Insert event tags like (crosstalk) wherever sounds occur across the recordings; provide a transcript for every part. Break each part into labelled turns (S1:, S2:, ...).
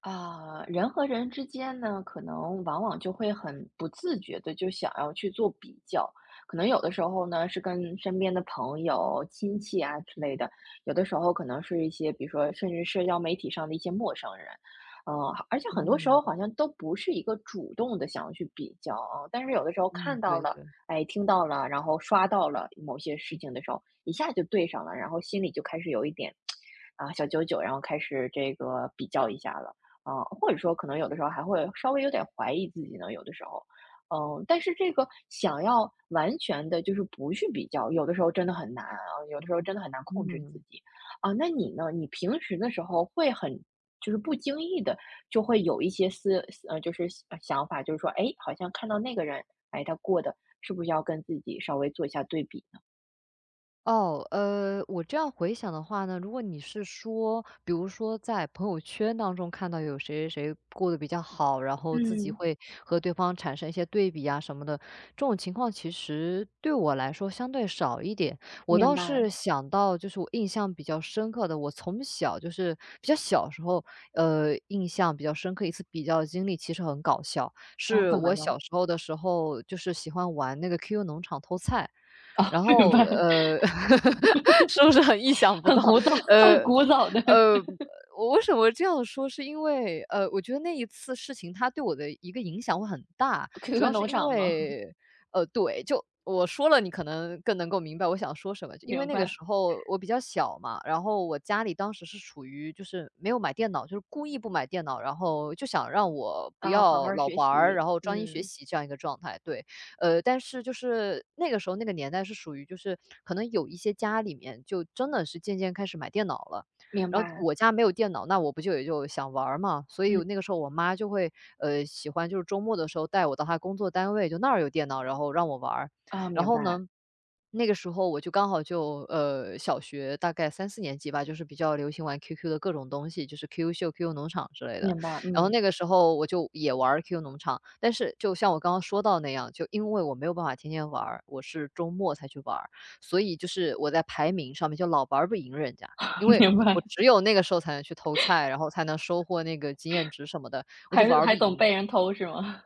S1: 啊，人和人之间呢，可能往往就会很不自觉的就想要去做比较，可能有的时候呢，是跟身边的朋友、亲戚啊之类的，有的时候可能是一些，比如说甚至社交媒体上的一些陌生人。嗯。而且很多时
S2: 嗯。
S1: 候好像都不是一个主动的想要去比较啊，但是有的时候
S2: 嗯，
S1: 看到
S2: 对
S1: 了，
S2: 的。
S1: 哎，听到了，然后刷到了某些事情的时候，一下就对上了，然后心里就开始有一点啊小九九，然后开始这个比较一下了。啊，或者说可能有的时候还会稍微有点怀疑自己呢，有的时候。嗯。但是这个想要完全的，就是不去比较，有的时候真的很难啊，有的时候真的很难控制自
S2: 嗯，
S1: 己。啊，那你呢？你平时的时候会很就是不经意的，就会有一些思思呃，就是想法，就是说，哎，好像看到那个人，哎，他过的是不是要跟自己稍微做一下对比呢？
S2: 我这样回想的话呢，如果你是说，比如说在朋友圈当中看到有谁谁谁过得比较好，然后自己
S1: 嗯，
S2: 会和对方产生一些对比啊什么的，这种情况其实对我来说相对少一点。我
S1: 明
S2: 倒
S1: 白，
S2: 是想到，就是我印象比较深刻的，我从小就是比较小时候，呃，印象比较深刻一次比较的经历，其实很搞笑，
S1: 然后
S2: 是
S1: 怎么
S2: 我
S1: 呢？
S2: 小时候的时候，就是喜欢玩那个 QQ 农场偷菜。然
S1: (laughs) 明
S2: 后，
S1: 白，
S2: (laughs) 是不是很意想不
S1: 很
S2: 到？
S1: 古早
S2: 呃，
S1: 很古早的
S2: 呃，
S1: (laughs)
S2: 我为什么这样说，是因为，我觉得那一次事情它对我的一个影响会很大，主
S1: QQ
S2: 要是
S1: 农
S2: 因
S1: 场吗？
S2: 为对，就我说了，你可能更能够明白我想说什么。
S1: (laughs)
S2: 就因为
S1: 明
S2: 那个
S1: 白。
S2: 时候我比较小嘛，然后我家里当时是处于就是没有买电脑，就是故意不买电脑，然后就想让我不
S1: 啊，好好
S2: 要
S1: 儿
S2: 老
S1: 学
S2: 玩儿，
S1: 习。
S2: 然后专心学
S1: 嗯，
S2: 习这样一个状态，对。但是就是那个时候那个年代是属于就是可能有一些家里面就真的是渐渐开始买电脑了。
S1: 明
S2: 然后
S1: 白。
S2: 我家没有电脑，那我不就也就想玩儿嘛，所以
S1: 嗯，
S2: 那个时候我妈就会，喜欢就是周末的时候带我到她工作单位，就那儿有电脑，然后让我玩儿。
S1: 啊，
S2: 然
S1: 明
S2: 后
S1: 白，
S2: 呢，那个时候我就刚好就，小学大概三四年级吧，就是比较流行玩 QQ 的各种东西，就是 QQ 秀、QQ 农场之类的。
S1: 明白，
S2: 然后
S1: 嗯，
S2: 那个时候我就也玩儿 Q 农场，但是就像我刚刚说到那样，就因为我没有办法天天玩儿，我是周末才去玩儿，所以就是我在排名上面就老玩不赢人家，因
S1: (laughs)
S2: 为
S1: 明
S2: 我
S1: 白，
S2: 只有那个时候才能去偷菜，然后才能收获那个经验值什么的，我就
S1: 还
S2: 玩
S1: 是
S2: 儿不
S1: 还总
S2: 赢。
S1: 被人偷是吗？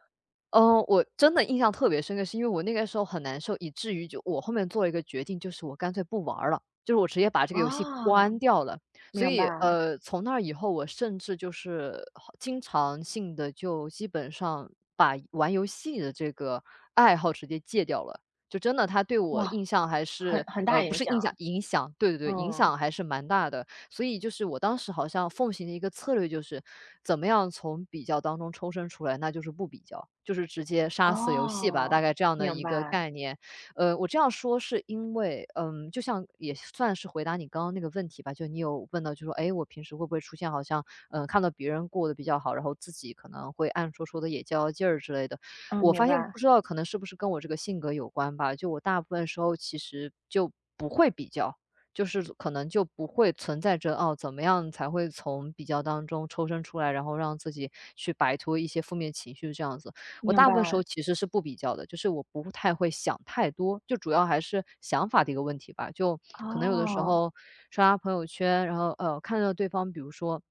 S2: 嗯，我真的印象特别深刻，是因为我那个时候很难受，以至于就我后面做了一个决定，就是我干脆不玩儿了，就是我直接把
S1: (laughs)
S2: 这个游戏
S1: 啊，
S2: 关掉了。所
S1: 明
S2: 以，
S1: 白。
S2: 从那以后，我甚至就是好经常性的就基本上把玩游戏的这个爱好直接戒掉了。就真的，他对我
S1: 哇，
S2: 印象还
S1: 很
S2: 是
S1: 很
S2: 呃，
S1: 大
S2: 不
S1: 影
S2: 是印象，
S1: 响。
S2: 影响，对对对，影
S1: 嗯。
S2: 响还是蛮大的。所以就是我当时好像奉行的一个策略就是，怎么样从比较当中抽身出来，那就是不比较，就是直接杀死游戏吧，大
S1: 哦，
S2: 概这样的
S1: 明
S2: 一个
S1: 白。
S2: 概念。我这样说是因为，嗯，就像也算是回答你刚刚那个问题吧，就你有问到，就说，哎，我平时会不会出现好像，嗯，看到别人过得比较好，然后自己可能会暗戳戳的也较较劲儿之类的。
S1: 嗯，
S2: 我
S1: 明
S2: 发现不
S1: 白，
S2: 知道可能是不是跟我这个性格有关吧，就我大部分时候其实就不会比较，就是可能就不会存在着哦，怎么样才会从比较当中抽身出来，然后让自己去摆脱一些负面情绪这样子。我
S1: 明
S2: 大部分时候
S1: 白，
S2: 其实是不比较的，就是我不太会想太多，就主要还是想法的一个问题吧。就可能有的时
S1: 哦，
S2: 候刷刷朋友圈，然后看到对方，比如说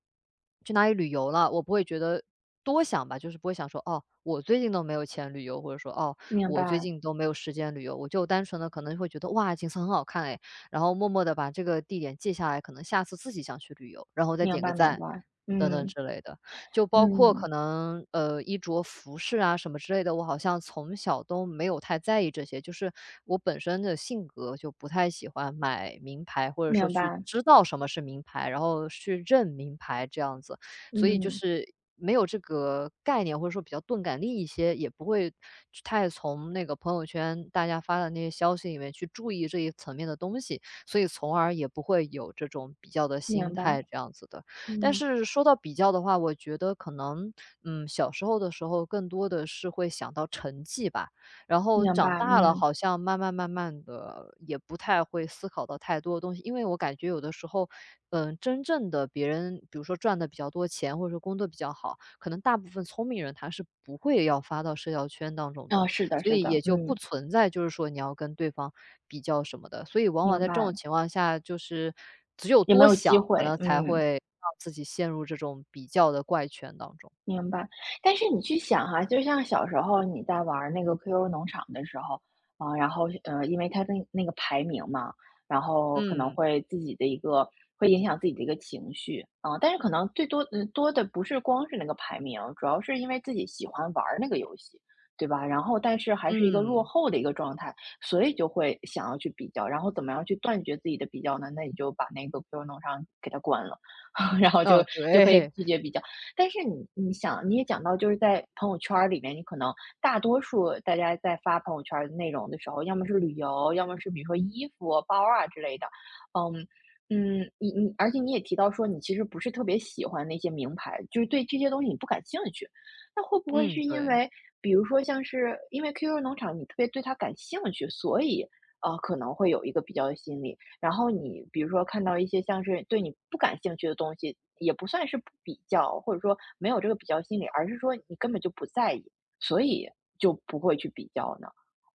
S2: 去哪里旅游了，我不会觉得多想吧，就是不会想说哦，我最近都没有钱旅游，或者说哦，
S1: 明
S2: 我最
S1: 白，
S2: 近都没有时间旅游，我就单纯的可能会觉得哇，景色很好看诶，然后默默的把这个地点记下来，可能下次自己想去旅游，然后再
S1: 明
S2: 点个
S1: 白，明
S2: 赞，
S1: 白，
S2: 等等
S1: 嗯，
S2: 之类的。就包括可
S1: 嗯，
S2: 能，衣着、服饰啊什么之类的，我好像从小都没有太在意这些，就是我本身的性格就不太喜欢买名牌，或者说
S1: 明
S2: 去
S1: 白，
S2: 知道什么是名牌，然后去认名牌这样子。所以就
S1: 嗯，
S2: 是没有这个概念，或者说比较钝感力一些，也不会去太从那个朋友圈大家发的那些消息里面去注意这一层面的东西。所以从而也不会有这种比较的心
S1: 明白，
S2: 态这样子的。但
S1: 嗯，
S2: 是说到比较的话，我觉得可能，嗯，小时候的时候更多的是会想到成绩吧，然后
S1: 明
S2: 长
S1: 白，
S2: 大了
S1: 嗯，
S2: 好像慢慢慢慢的也不太会思考到太多的东西，因为我感觉有的时候，嗯，真正的别人，比如说赚的比较多钱，或者说工作比较好，可能大部分聪明人他是不会要发到社交圈当中
S1: 啊，
S2: 的，
S1: 是的，
S2: 所
S1: 是
S2: 以
S1: 的，
S2: 也就不
S1: 嗯，
S2: 存在就是说你要跟对方比较什么的。所以往往
S1: 明
S2: 在这
S1: 白，
S2: 种情况下，就是只有
S1: 也没
S2: 多
S1: 有
S2: 想，
S1: 机
S2: 可
S1: 会。
S2: 能才
S1: 嗯。
S2: 会让自己陷入这种比较的怪圈当中。
S1: 明白，但是你去想哈，就像小时候你在玩儿那个 QQ 农场的时候，啊、然后因为它的那个排名嘛，然后可能
S2: 嗯。
S1: 会自己的一个会影响自己的一个情绪，啊、但是可能最多多的不是光是那个排名，主要是因为自己喜欢玩儿那个游戏，对吧？然后但是还是一个落
S2: 嗯。(laughs)
S1: 后的一个状态，所以就会想要去比较，然后怎么样去断绝自己的比较呢？那你就把那个 QQ 农场给它关了，(laughs) 然后
S2: 哦，
S1: 就可以
S2: 对。
S1: 拒绝比较。但是你想，你也讲到，就是在朋友圈儿里面，你可能大多数大家在发朋友圈儿的内容的时候，要么是旅游，要么是比如说衣服、包啊之类的。嗯嗯，而且你也提到说，你其实不是特别喜欢那些名牌，就是对这些东西你不感兴趣。那会
S2: (laughs)
S1: 不会
S2: 嗯，
S1: 是因
S2: 对。
S1: 为，比如说像是因为 QQ 农场，你特别对它感兴趣，所以可能会有一个比较的心理？然后你比如说看到一些像是对你不感兴趣的东西，也不算是不比较，或者说没有这个比较心理，而是说你根本就不在意，所以就不会去比较呢。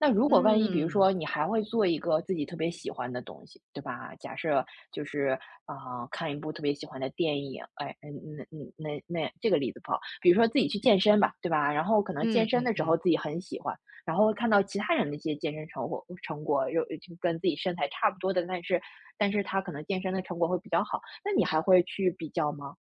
S1: 那如果万一比如
S2: 嗯
S1: 说你还会做一个自己特别喜欢的东西，对吧？假设就是啊、看一部特别喜欢的电影，哎，嗯那那这个例子不好，比如说自己去健身吧，对吧？然后可能
S2: 嗯
S1: 健身
S2: 嗯。
S1: 的时
S2: 嗯。
S1: 候自己很喜欢，然后会看到其他人的一些健身成果，有就跟自己身材差不多的，但是他可能健身的成果会比较好，那你还会去比较吗？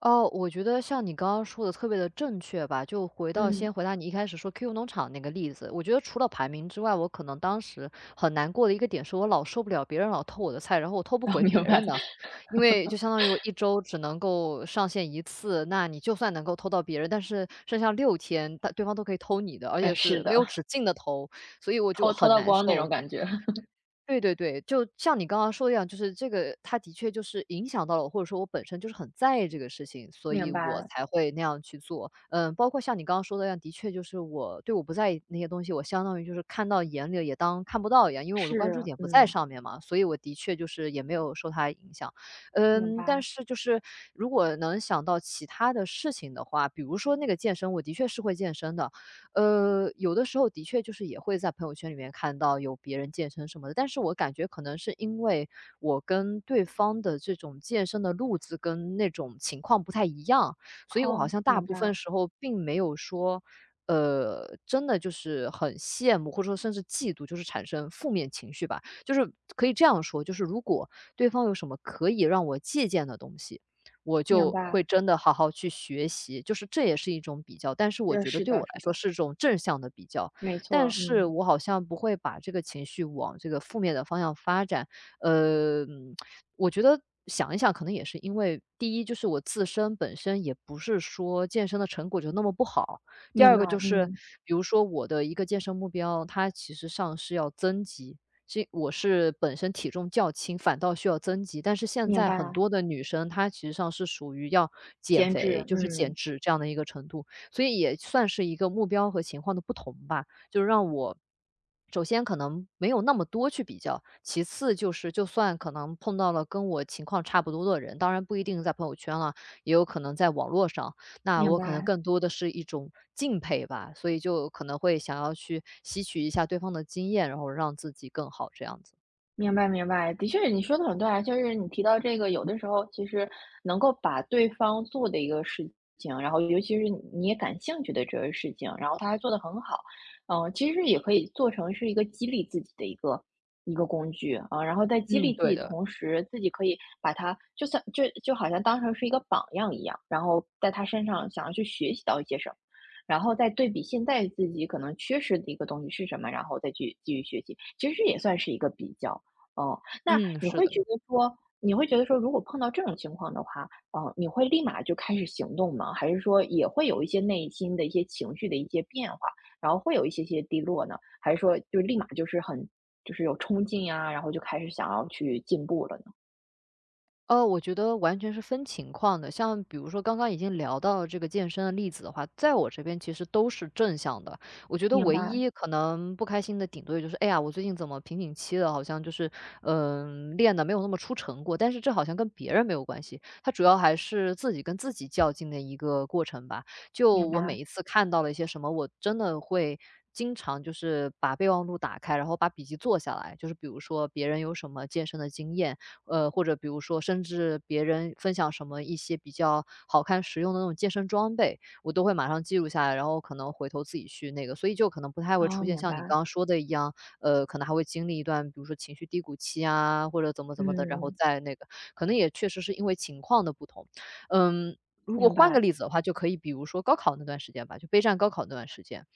S2: 哦，我觉得像你刚刚说的特别的正确吧，就回到
S1: 嗯，
S2: 先回答你一开始说 Q Q 农场那个例子，我觉得除了排名之外，我可能当时很难过的一个点是我老受不了别人老偷我的菜，然后我偷不
S1: 哦，
S2: 回别
S1: 明
S2: 人
S1: 白，
S2: 的。因为就相当于我一周只能够上线一次，那你就算能够偷到别人，但是剩下六天，他对方都可以偷你的，而且
S1: 嗯，
S2: 是
S1: 是
S2: 没有止
S1: 的，
S2: 境的偷，所以我就
S1: 偷偷
S2: 很
S1: 到
S2: 难
S1: 光那种
S2: 受。
S1: 感觉。(laughs)
S2: 对对对，就像你刚刚说的一样，就是这个它的确就是影响到了我，或者说我本身就是很在意这个事情，所以
S1: 明
S2: 我
S1: 白，
S2: 才会那样去做。嗯，包括像你刚刚说的一样，的确就是我对我不在意那些东西，我相当于就是看到眼里了也当看不到一样，因为我的关
S1: 是，
S2: 注点不在
S1: 嗯，
S2: 上面嘛，所以我的确就是也没有受它影响。
S1: 明
S2: 嗯，但
S1: 白，
S2: 是就是如果能想到其他的事情的话，比如说那个健身，我的确是会健身的，有的时候的确就是也会在朋友圈里面看到有别人健身什么的，但是我感觉可能是因为我跟对方的这种健身的路子跟那种情况不太一样，所以我好
S1: 哦，
S2: 像大
S1: 明
S2: 部分
S1: 白，
S2: 时候并没有说，真的就是很羡慕，或者说甚至嫉妒，就是产生负面情绪吧。就是可以这样说，就是如果对方有什么可以让我借鉴的东西，我
S1: 明
S2: 就会
S1: 白，
S2: 真的好好去学习，就是这也是一种比较，但是我
S1: 对，
S2: 觉得
S1: 是
S2: 对我
S1: 的，
S2: 来
S1: 是
S2: 说
S1: 的，
S2: 是一种正向的比较，
S1: 没
S2: 但
S1: 错，
S2: 是
S1: 嗯，
S2: 我好像不会把这个情绪往这个负面的方向发展。呃，我觉得想一想，可能也是因为第一就是我自身本身也不是说健身的成果就那么不好，第
S1: 明
S2: 二
S1: 白，
S2: 个就是
S1: 嗯，
S2: 比如说我的一个健身目标，它其实上是要增肌，这我是本身体重较轻，反倒需要增肌，但是现
S1: 明
S2: 在很
S1: 白，
S2: 多的女生，她其实上是属于要减
S1: 减脂，
S2: 肥，就是减
S1: 嗯，
S2: 脂这样的一个程度，所以也算是一个目标和情况的不同吧，就让我首先可能没有那么多去比较，其次就是就算可能碰到了跟我情况差不多的人，当然不一定在朋友圈了，也有可能在网络上，那
S1: 明
S2: 我可能
S1: 白。
S2: 更多的是一种敬佩吧，所以就可能会想要去吸取一下对方的经验，然后让自己更好这样子。
S1: 明白明白，的确你说的很对啊，就是你提到这个，有的时候其实能够把对方做的一个事情，然后尤其是你也感兴趣的这个事情，然后他还做得很好，嗯，其实也可以做成是一个激励自己的一个工具啊，然后在激
S2: 嗯，
S1: 励自
S2: 对
S1: 己
S2: 的，
S1: 同时，自己可以把它就算就好像当成是一个榜样一样，然后在他身上想要去学习到一些什么，然后再对比现在自己可能缺失的一个东西是什么，然后再去继续学习，其实这也算是一个比较。哦，那
S2: 嗯，
S1: 你
S2: 是
S1: 会觉
S2: 的。
S1: 得说你会觉得说如果碰到这种情况的话，你会立马就开始行动吗？还是说也会有一些内心的一些情绪的一些变化，然后会有一些些低落呢？还是说就立马就是很就是有冲劲呀，然后就开始想要去进步了呢？
S2: 我觉得完全是分情况的。像比如说刚刚已经聊到这个健身的例子的话，在我这边其实都是正向的。我觉得
S1: 明
S2: 唯
S1: 白，
S2: 一可能不开心的，顶多也就是，哎呀，我最近怎么瓶颈期了，好像就是，练的没有那么出成果。但是这好像跟别人没有关系，它主要还是自己跟自己较劲的一个过程吧。就
S1: 明
S2: 我每
S1: 白，
S2: 一次看到了一些什么，我真的会。经常就是把备忘录打开，然后把笔记做下来。就是比如说别人有什么健身的经验，或者比如说甚至别人分享什么一些比较好看实用的那种健身装备，我都会马上记录下来，然后可能回头自己去那个，所以就可能不太会出
S1: 哦，
S2: 现
S1: 明
S2: 像你
S1: 白，
S2: 刚刚说的一样，可能还会经历一段比如说情绪低谷期啊，或者怎么怎么的，然后
S1: 嗯，
S2: 再那个，可能也确实是因为情况的不同。嗯，如果
S1: 明
S2: 换个
S1: 白，
S2: 例子的话，就可以比如说高考那段时间吧，就备战高考那段时间，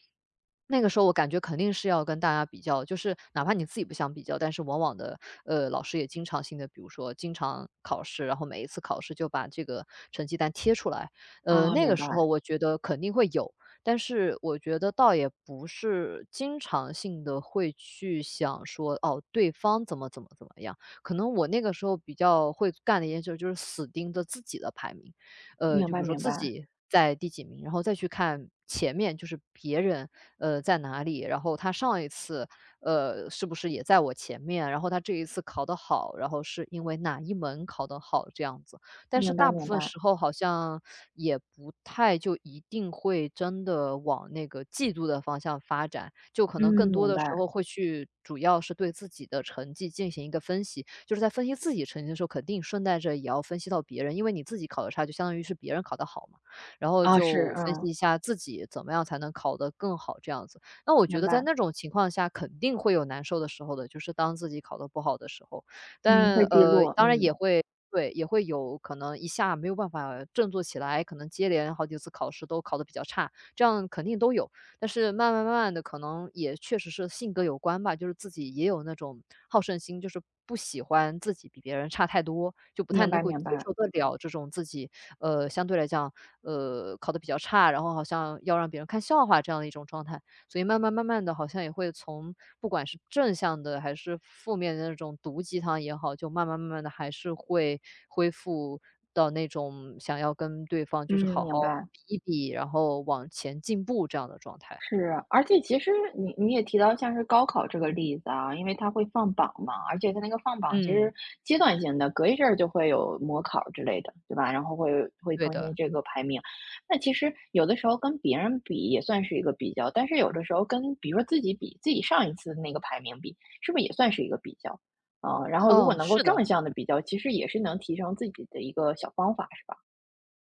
S2: 那个时候我感觉肯定是要跟大家比较，就是哪怕你自己不想比较，但是往往的，老师也经常性的，比如说经常考试，然后每一次考试就把这个成绩单贴出来。
S1: 哦，
S2: 那个
S1: 明
S2: 时候
S1: 白，
S2: 我觉得肯定会有，但是我觉得倒也不是经常性的会去想说，哦，对方怎么怎么怎么样。可能我那个时候比较会干的一件事就是死盯着自己的排名，
S1: 明
S2: 就比
S1: 白，
S2: 如说
S1: 明
S2: 自
S1: 白，
S2: 己在第几名，然后再去看前面就是别人，在哪里，然后他上一次，是不是也在我前面，然后他这一次考得好，然后是因为哪一门考得好这样子。但是
S1: 明白，
S2: 大部
S1: 明
S2: 分
S1: 白，
S2: 时候好像也不太就一定会真的往那个嫉妒的方向发展，就可
S1: 嗯，
S2: 能更多
S1: 明
S2: 的时候
S1: 白，
S2: 会去主要是对自己的成绩进行一个分析，就是在分析自己成绩的时候，肯定顺带着也要分析到别人，因为你自己考得差，就相当于是别人考得好嘛。然后
S1: 啊，是，
S2: 就分析
S1: 嗯，
S2: 一下自己怎么样才能考得更好这样子。那我觉
S1: 明
S2: 得在
S1: 白，
S2: 那种情况下肯定会有难受的时候的，就是当自己考得不好的时候。
S1: 嗯，
S2: 但
S1: 会低
S2: 呃，
S1: 落，
S2: 当然
S1: 嗯，
S2: 也会对，也会有可能一下没有办法振作起来，可能接连好几次考试都考得比较差，这样肯定都有。但是慢慢慢慢的，可能也确实是性格有关吧，就是自己也有那种好胜心，就是不喜欢自己比别人差太多，就不太
S1: 明
S2: 能
S1: 白，
S2: 够接
S1: 明白。
S2: 受得了这种自己,相对来讲，考得比较差，然后好像要让别人看笑话这样的一种状态。所以慢慢慢慢的，好像也会从不管是正向的还是负面的那种毒鸡汤也好，就慢慢慢慢的还是会恢复到那种想要跟对方就
S1: 嗯，
S2: 是好好
S1: 明白，
S2: 比一比，然后往前进步这样的状态。
S1: 是。而且其实你也提到像是高考这个例子啊，因为它会放榜嘛，而且它那个放榜其
S2: 嗯，
S1: 实阶段性的，隔一阵儿就会有模考之类的，对吧？然后会
S2: 对
S1: 更
S2: 的。
S1: 新这个排名。那其实有的时候跟别人比也算是一个比较，但是有的时候跟比如说自己比，自己上一次那个排名比，是不是也算是一个比较？啊，然后如果
S2: 哦，
S1: 能够
S2: 是的。
S1: 正向的比较，其实也是能提升自己的一个小方法，是吧？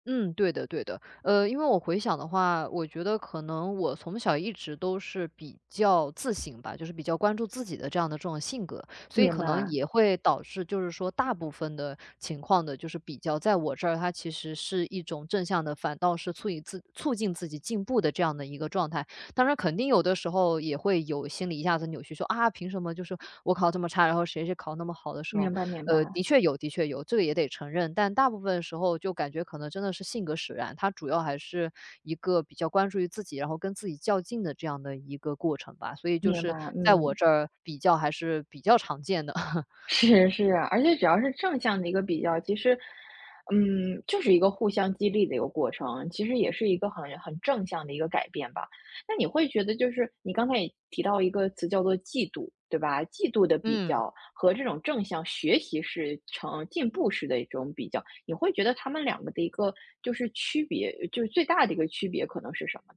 S2: 嗯，对的对的。因为我回想的话，我觉得可能我从小一直都是比较自省吧，就是比较关注自己的这样的这种性格，所以
S1: 明
S2: 可能
S1: 白，
S2: 也会导致就是说大部分的情况的，就是比较在我这儿，它其实是一种正向的，反倒是促以自促进自己进步的这样的一个状态。当然，肯定有的时候也会有心里一下子扭曲说，啊，凭什么就是我考这么差，然后谁谁考那么好的时候，
S1: 明白，明白，
S2: 的确有，的确有，这个也得承认。但大部分时候就感觉可能真的是性格使然，他主要还是一个比较关注于自己，然后跟自己较劲的这样的一个过程吧。所以就
S1: 明白，
S2: 是在我
S1: 嗯。
S2: 这儿比较还是比较常见的。(laughs)
S1: 是是啊，而且只要是正向的一个比较，其实，嗯，就是一个互相激励的一个过程，其实也是一个很正向的一个改变吧。那你会觉得，就是你刚才也提到一个词叫做嫉妒，对吧？嫉妒的比
S2: 嗯。
S1: 较和这种正向学习是成进步式的一种比较，你会觉得他们两个的一个就是区别，就是最大的一个区别可能是什么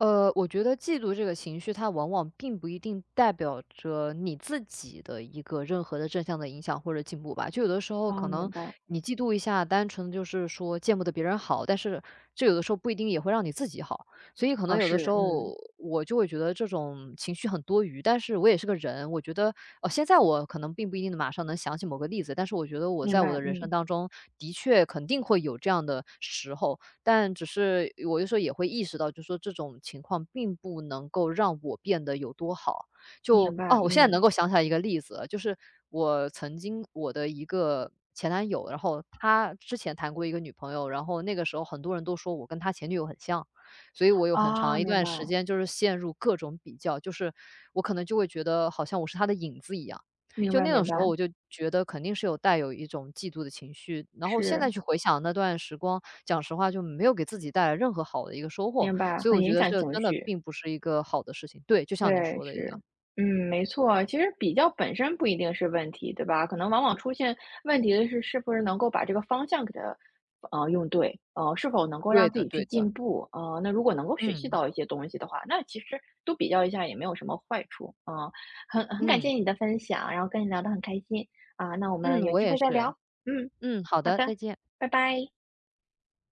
S2: 我觉得嫉妒这个情绪，它往往并不一定代表着你自己的一个任何的正向的影响或者进步吧。就有的时候
S1: 啊，
S2: 可
S1: 哦
S2: 能
S1: 明白，
S2: 你嫉妒一下，单纯就是说见不得别人好，但是这有的时候不一定也会让你自己好。所以可能
S1: 啊，
S2: 有的时
S1: 是，嗯，
S2: 候我就会觉得这种情绪很多余，但是我也是个人，我觉得,现在我可能并不一定马上能想起某个例子，但是我觉得我
S1: 明
S2: 在我的
S1: 白，
S2: 人生
S1: 嗯，
S2: 当中的确肯定会有这样的时候，但只是我有时候也会意识到，就是说这种情况并不能够让我变得有多好。就
S1: 明白，
S2: 哦，我现在能
S1: 嗯，
S2: 够想起来一个例子了就是我曾经我的一个前男友，然后他之前谈过一个女朋友，然后那个时候很多人都说我跟他前女友很像，所以我有很
S1: 啊，
S2: 长一
S1: 明
S2: 段
S1: 白，
S2: 时间就是陷入各种比较，就是我可能就会觉得好像我是他的影子一样。
S1: 明
S2: 就
S1: 白，
S2: 那种
S1: 明
S2: 时候，
S1: 白。
S2: 我就觉得肯定是有带有一种嫉妒的情绪。然后现
S1: 是，
S2: 在去回想那段时光，讲实话就没有给自己带来任何好的一个收获，
S1: 明白，
S2: 所以
S1: 很
S2: 我觉
S1: 影
S2: 得
S1: 响
S2: 这
S1: 情
S2: 真的
S1: 绪。
S2: 并不是一个好的事情。对，就像你
S1: 对，
S2: 说的一
S1: 是，
S2: 样，
S1: 嗯，没错。其实比较本身不一定是问题，对吧？可能往往出现问题的是，是不是能够把这个方向给它，用对，是否能够
S2: 对
S1: 让自
S2: 的
S1: 己去
S2: 对的，
S1: 进步，那如果能够学习
S2: 嗯，
S1: 到一些东西的话，那其实多比较一下也没有什么坏处，嗯、很感谢
S2: 嗯，
S1: 你的分享，然后跟你聊得很开心啊，那我
S2: 嗯，
S1: 们有
S2: 我
S1: 机
S2: 也
S1: 会再聊，
S2: 是，
S1: 嗯，
S2: 嗯，好
S1: 好
S2: 的，
S1: 的，
S2: 再见。
S1: 拜拜。